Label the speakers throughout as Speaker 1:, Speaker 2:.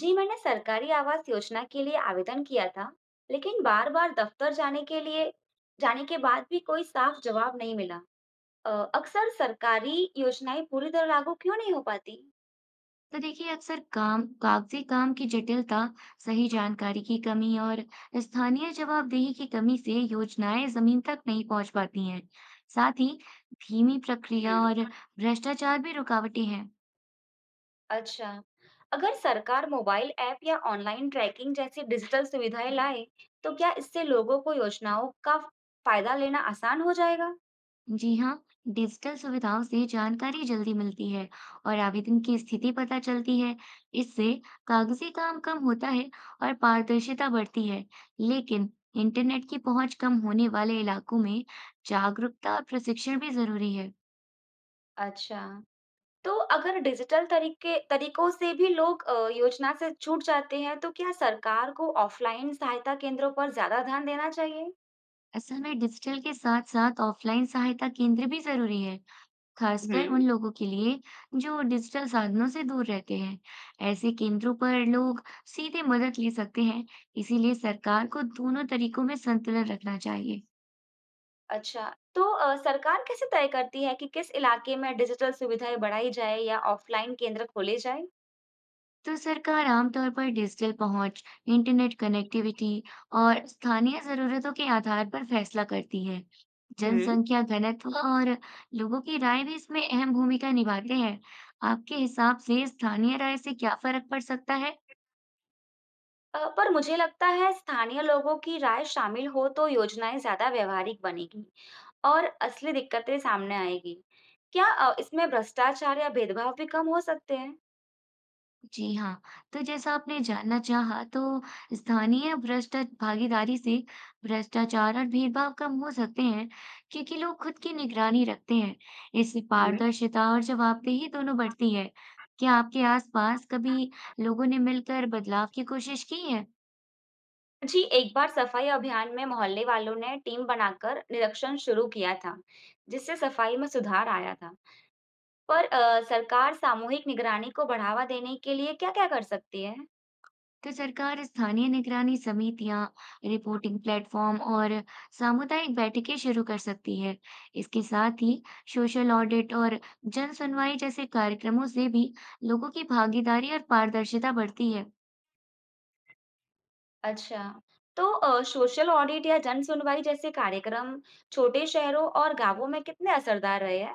Speaker 1: जी मैंने सरकारी आवास योजना के लिए आवेदन किया था, लेकिन बार बार दफ्तर जाने के लिए जाने के बाद भी कोई साफ जवाब नहीं मिला। अक्सर सरकारी योजनाएं पूरी तरह लागू क्यों नहीं हो पाती?
Speaker 2: तो देखिए अक्सर काम कागजी काम की जटिलता, सही जानकारी की कमी और स्थानीय जवाबदेही की कमी से योजनाएं जमीन तक नहीं पहुंच पाती हैं। साथ ही धीमी प्रक्रिया
Speaker 1: हम्म।
Speaker 2: और भ्रष्टाचार भी रुकावटें हैं।
Speaker 1: अच्छा, अगर सरकार मोबाइल ऐप या ऑनलाइन ट्रैकिंग जैसी डिजिटल सुविधाएं लाए, तो क्या इससे लोगों को योजनाओं का फायदा लेना आसान हो जाएगा?
Speaker 2: जी हाँ, डिजिटल सुविधाओं से जानकारी जल्दी मिलती है और आवेदन की स्थिति पता चलती है। इससे कागजी काम कम होता है और पारदर्शिता बढ़ती है। लेकिन इंटरनेट की पहुंच कम होने वाले इलाकों में जागरूकता और प्रशिक्षण भी जरूरी है।
Speaker 1: अच्छा, तो अगर डिजिटल तरीके तरीकों से भी लोग योजना से छूट जाते हैं, तो क्या सरकार को ऑफलाइन सहायता केंद्रों पर ज़्यादा ध्यान देना चाहिए?
Speaker 2: असल में डिजिटल के साथ साथ ऑफलाइन सहायता केंद्र भी जरूरी है, खासकर
Speaker 1: हम्म।
Speaker 2: उन लोगों के लिए जो डिजिटल साधनों से दूर रहते हैं। ऐसे केंद्रों पर लोग सीधे मदद ले सकते हैं, इसीलिए सरकार को दोनों तरीकों में संतुलन रखना चाहिए।
Speaker 1: अच्छा, तो सरकार कैसे तय करती है कि किस इलाके में डिजिटल सुविधाएं बढ़ाई जाए या ऑफलाइन केंद्र खोले जाए?
Speaker 2: तो सरकार आमतौर पर डिजिटल पहुंच, इंटरनेट कनेक्टिविटी और स्थानीय जरूरतों के आधार पर फैसला करती है।
Speaker 1: हम्म।
Speaker 2: जनसंख्या घनत्व और लोगों की राय भी इसमें अहम भूमिका निभाते हैं। आपके हिसाब से स्थानीय राय से क्या फर्क पड़ सकता है?
Speaker 1: पर मुझे लगता है स्थानीय लोगों की राय शामिल हो तो योजनाएं ज्यादा व्यवहारिक बनेगी और असली दिक्कतें सामने आएगी। क्या इसमें भ्रष्टाचार या भेदभाव भी कम हो सकते हैं?
Speaker 2: जी हाँ, तो जैसा आपने जानना चाहा, तो स्थानीय भ्रष्ट भागीदारी से भ्रष्टाचार और भेदभाव कम हो सकते हैं, क्योंकि लोग खुद की निगरानी रखते हैं। इससे
Speaker 1: हम्म।
Speaker 2: पारदर्शिता और जवाबदेही दोनों बढ़ती है। क्या आपके आसपास कभी लोगों ने मिलकर बदलाव की कोशिश की है?
Speaker 1: जी, एक बार सफाई अभियान में मोहल्ले वालों ने टीम बनाकर निरीक्षण शुरू किया था, जिससे सफाई में सुधार आया था। पर सरकार सामूहिक निगरानी को बढ़ावा देने के लिए क्या-क्या कर सकती है?
Speaker 2: तो सरकार स्थानीय निगरानी समितियां, रिपोर्टिंग प्लेटफॉर्म और सामुदायिक बैठकें शुरू कर सकती है। इसके साथ ही सोशल ऑडिट और जन सुनवाई जैसे कार्यक्रमों से भी लोगों की भागीदारी और पारदर्शिता बढ़ती है।
Speaker 1: अच्छा, तो सोशल ऑडिट या जन सुनवाई जैसे कार्यक्रम छोटे शहरों और गांवों में कितने असरदार रहे हैं?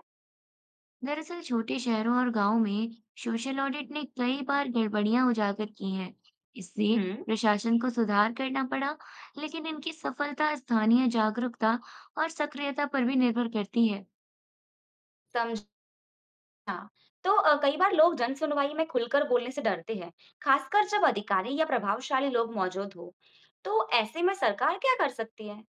Speaker 2: दरअसल छोटे शहरों और गांवों में सोशल ऑडिट ने कई बार गड़बड़ियां उजागर की हैं। इससे
Speaker 1: हम्म।
Speaker 2: प्रशासन को सुधार करना पड़ा, लेकिन इनकी सफलता स्थानीय जागरूकता और सक्रियता पर भी निर्भर करती है।
Speaker 1: समझा। तो कई बार लोग जन सुनवाई में खुलकर बोलने से डरते हैं, खासकर जब अधिकारी या प्रभावशाली लोग मौजूद हो। तो ऐसे में सरकार क्या कर सकती है?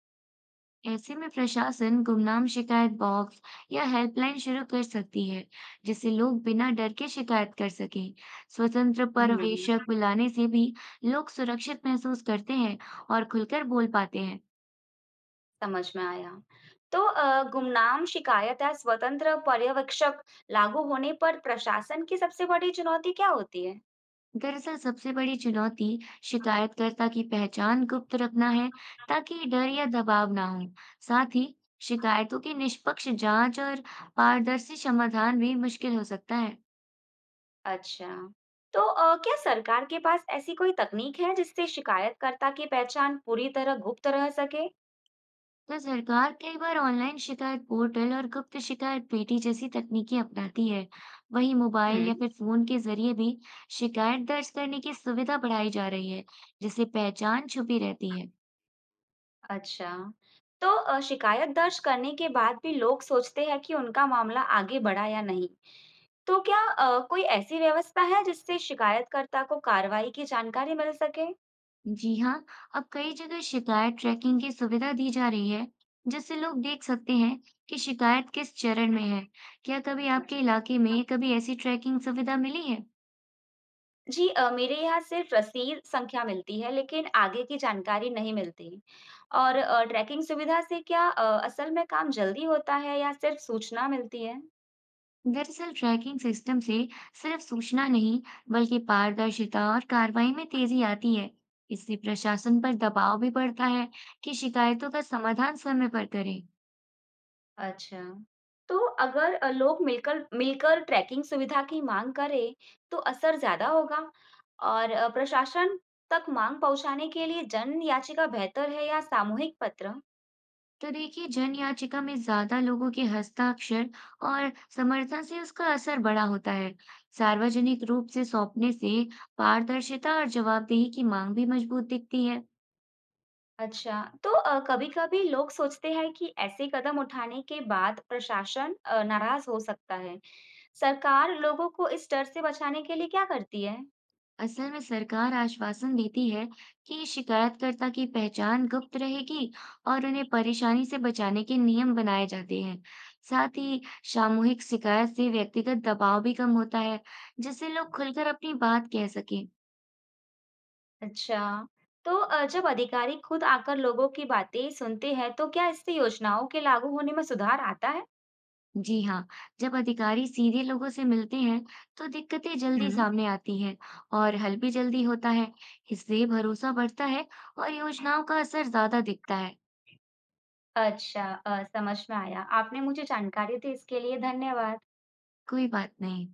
Speaker 2: ऐसे में प्रशासन गुमनाम शिकायत बॉक्स या हेल्पलाइन शुरू कर सकती है, जिससे लोग बिना डर के शिकायत कर सकें। स्वतंत्र
Speaker 1: हुँ,
Speaker 2: पर्यवेक्षक बुलाने से भी लोग सुरक्षित महसूस करते हैं और खुलकर बोल पाते हैं।
Speaker 1: समझ में आया। तो गुमनाम शिकायत या स्वतंत्र पर्यवेक्षक लागू होने पर प्रशासन की सबसे बड़ी चुनौती क्या होती है?
Speaker 2: दरअसल सबसे बड़ी चुनौती शिकायतकर्ता की पहचान गुप्त रखना है, ताकि डर या दबाव ना हो। साथ ही शिकायतों की निष्पक्ष जांच और पारदर्शी समाधान भी मुश्किल हो सकता है।
Speaker 1: अच्छा, तो क्या सरकार के पास ऐसी कोई तकनीक है जिससे शिकायतकर्ता की पहचान पूरी तरह गुप्त रह सके?
Speaker 2: तो सरकार कई बार ऑनलाइन शिकायत पोर्टल और गुप्त शिकायत पेटी जैसी तकनीकें अपनाती है। वहीं मोबाइल
Speaker 1: हुँ,
Speaker 2: या फिर फोन के जरिए भी शिकायत दर्ज करने की सुविधा बढ़ाई जा रही है, जिससे पहचान छुपी रहती है।
Speaker 1: अच्छा। तो शिकायत दर्ज करने के बाद भी लोग सोचते हैं कि उनका मामला आगे बढ़ा या नहीं। तो क्या कोई ऐसी व्यवस्था है जिससे शिकायतकर्ता को कार्रवाई की जानकारी मिल सके?
Speaker 2: जी हाँ, अब कई जगह शिकायत ट्रैकिंग की सुविधा दी जा रही है, जिससे लोग देख सकते हैं कि शिकायत किस चरण में है। क्या कभी आपके इलाके में कभी ऐसी ट्रैकिंग सुविधा मिली है?
Speaker 1: जी मेरे यहाँ सिर्फ रसीद संख्या मिलती है, लेकिन आगे की जानकारी नहीं मिलती। और ट्रैकिंग सुविधा से क्या असल में काम जल्दी होता है या सिर्फ सूचना मिलती है?
Speaker 2: दरअसल ट्रैकिंग सिस्टम से सिर्फ सूचना नहीं, बल्कि पारदर्शिता और कार्रवाई में तेजी आती है। इससे प्रशासन पर दबाव भी बढ़ता है कि शिकायतों का समाधान समय पर करें।
Speaker 1: अच्छा। तो अगर लोग मिलकर मिलकर ट्रैकिंग सुविधा की मांग करें, तो असर ज़्यादा होगा। और प्रशासन तक मांग पहुँचाने के लिए जन याचिका बेहतर है या सामूहिक पत्र?
Speaker 2: तो देखिए, जन याचिका में ज्यादा लोगों के हस्ताक्षर और समर्थन से उसका असर बड़ा होता है। सार्वजनिक रूप से सौंपने से पारदर्शिता और जवाबदेही की मांग भी मजबूत दिखती है।
Speaker 1: अच्छा, तो कभी-कभी लोग सोचते हैं कि ऐसे कदम उठाने के बाद प्रशासन नाराज हो सकता है। सरकार लोगों को इस डर से बचाने के लिए क्या करती है?
Speaker 2: असल में सरकार आश्वासन देती है कि शिकायतकर्ता की पहचान गुप्त रहेगी और उन्हें परेशानी से बचाने के नियम बनाए जाते हैं। साथ ही सामूहिक शिकायत से व्यक्तिगत दबाव भी कम होता है, जिससे लोग खुलकर अपनी बात कह सकें।
Speaker 1: अच्छा, तो जब अधिकारी खुद आकर लोगों की बातें सुनते हैं, तो क्या इससे योजनाओं के लागू होने में सुधार आता है?
Speaker 2: जी हाँ, जब अधिकारी सीधे लोगों से मिलते हैं, तो दिक्कतें जल्दी
Speaker 1: हम्म।
Speaker 2: सामने आती हैं और हल भी जल्दी होता है। इससे भरोसा बढ़ता है और योजनाओं का असर ज्यादा दिखता है।
Speaker 1: अच्छा, समझ में आया। आपने मुझे जानकारी दी इसके लिए धन्यवाद।
Speaker 2: कोई बात नहीं।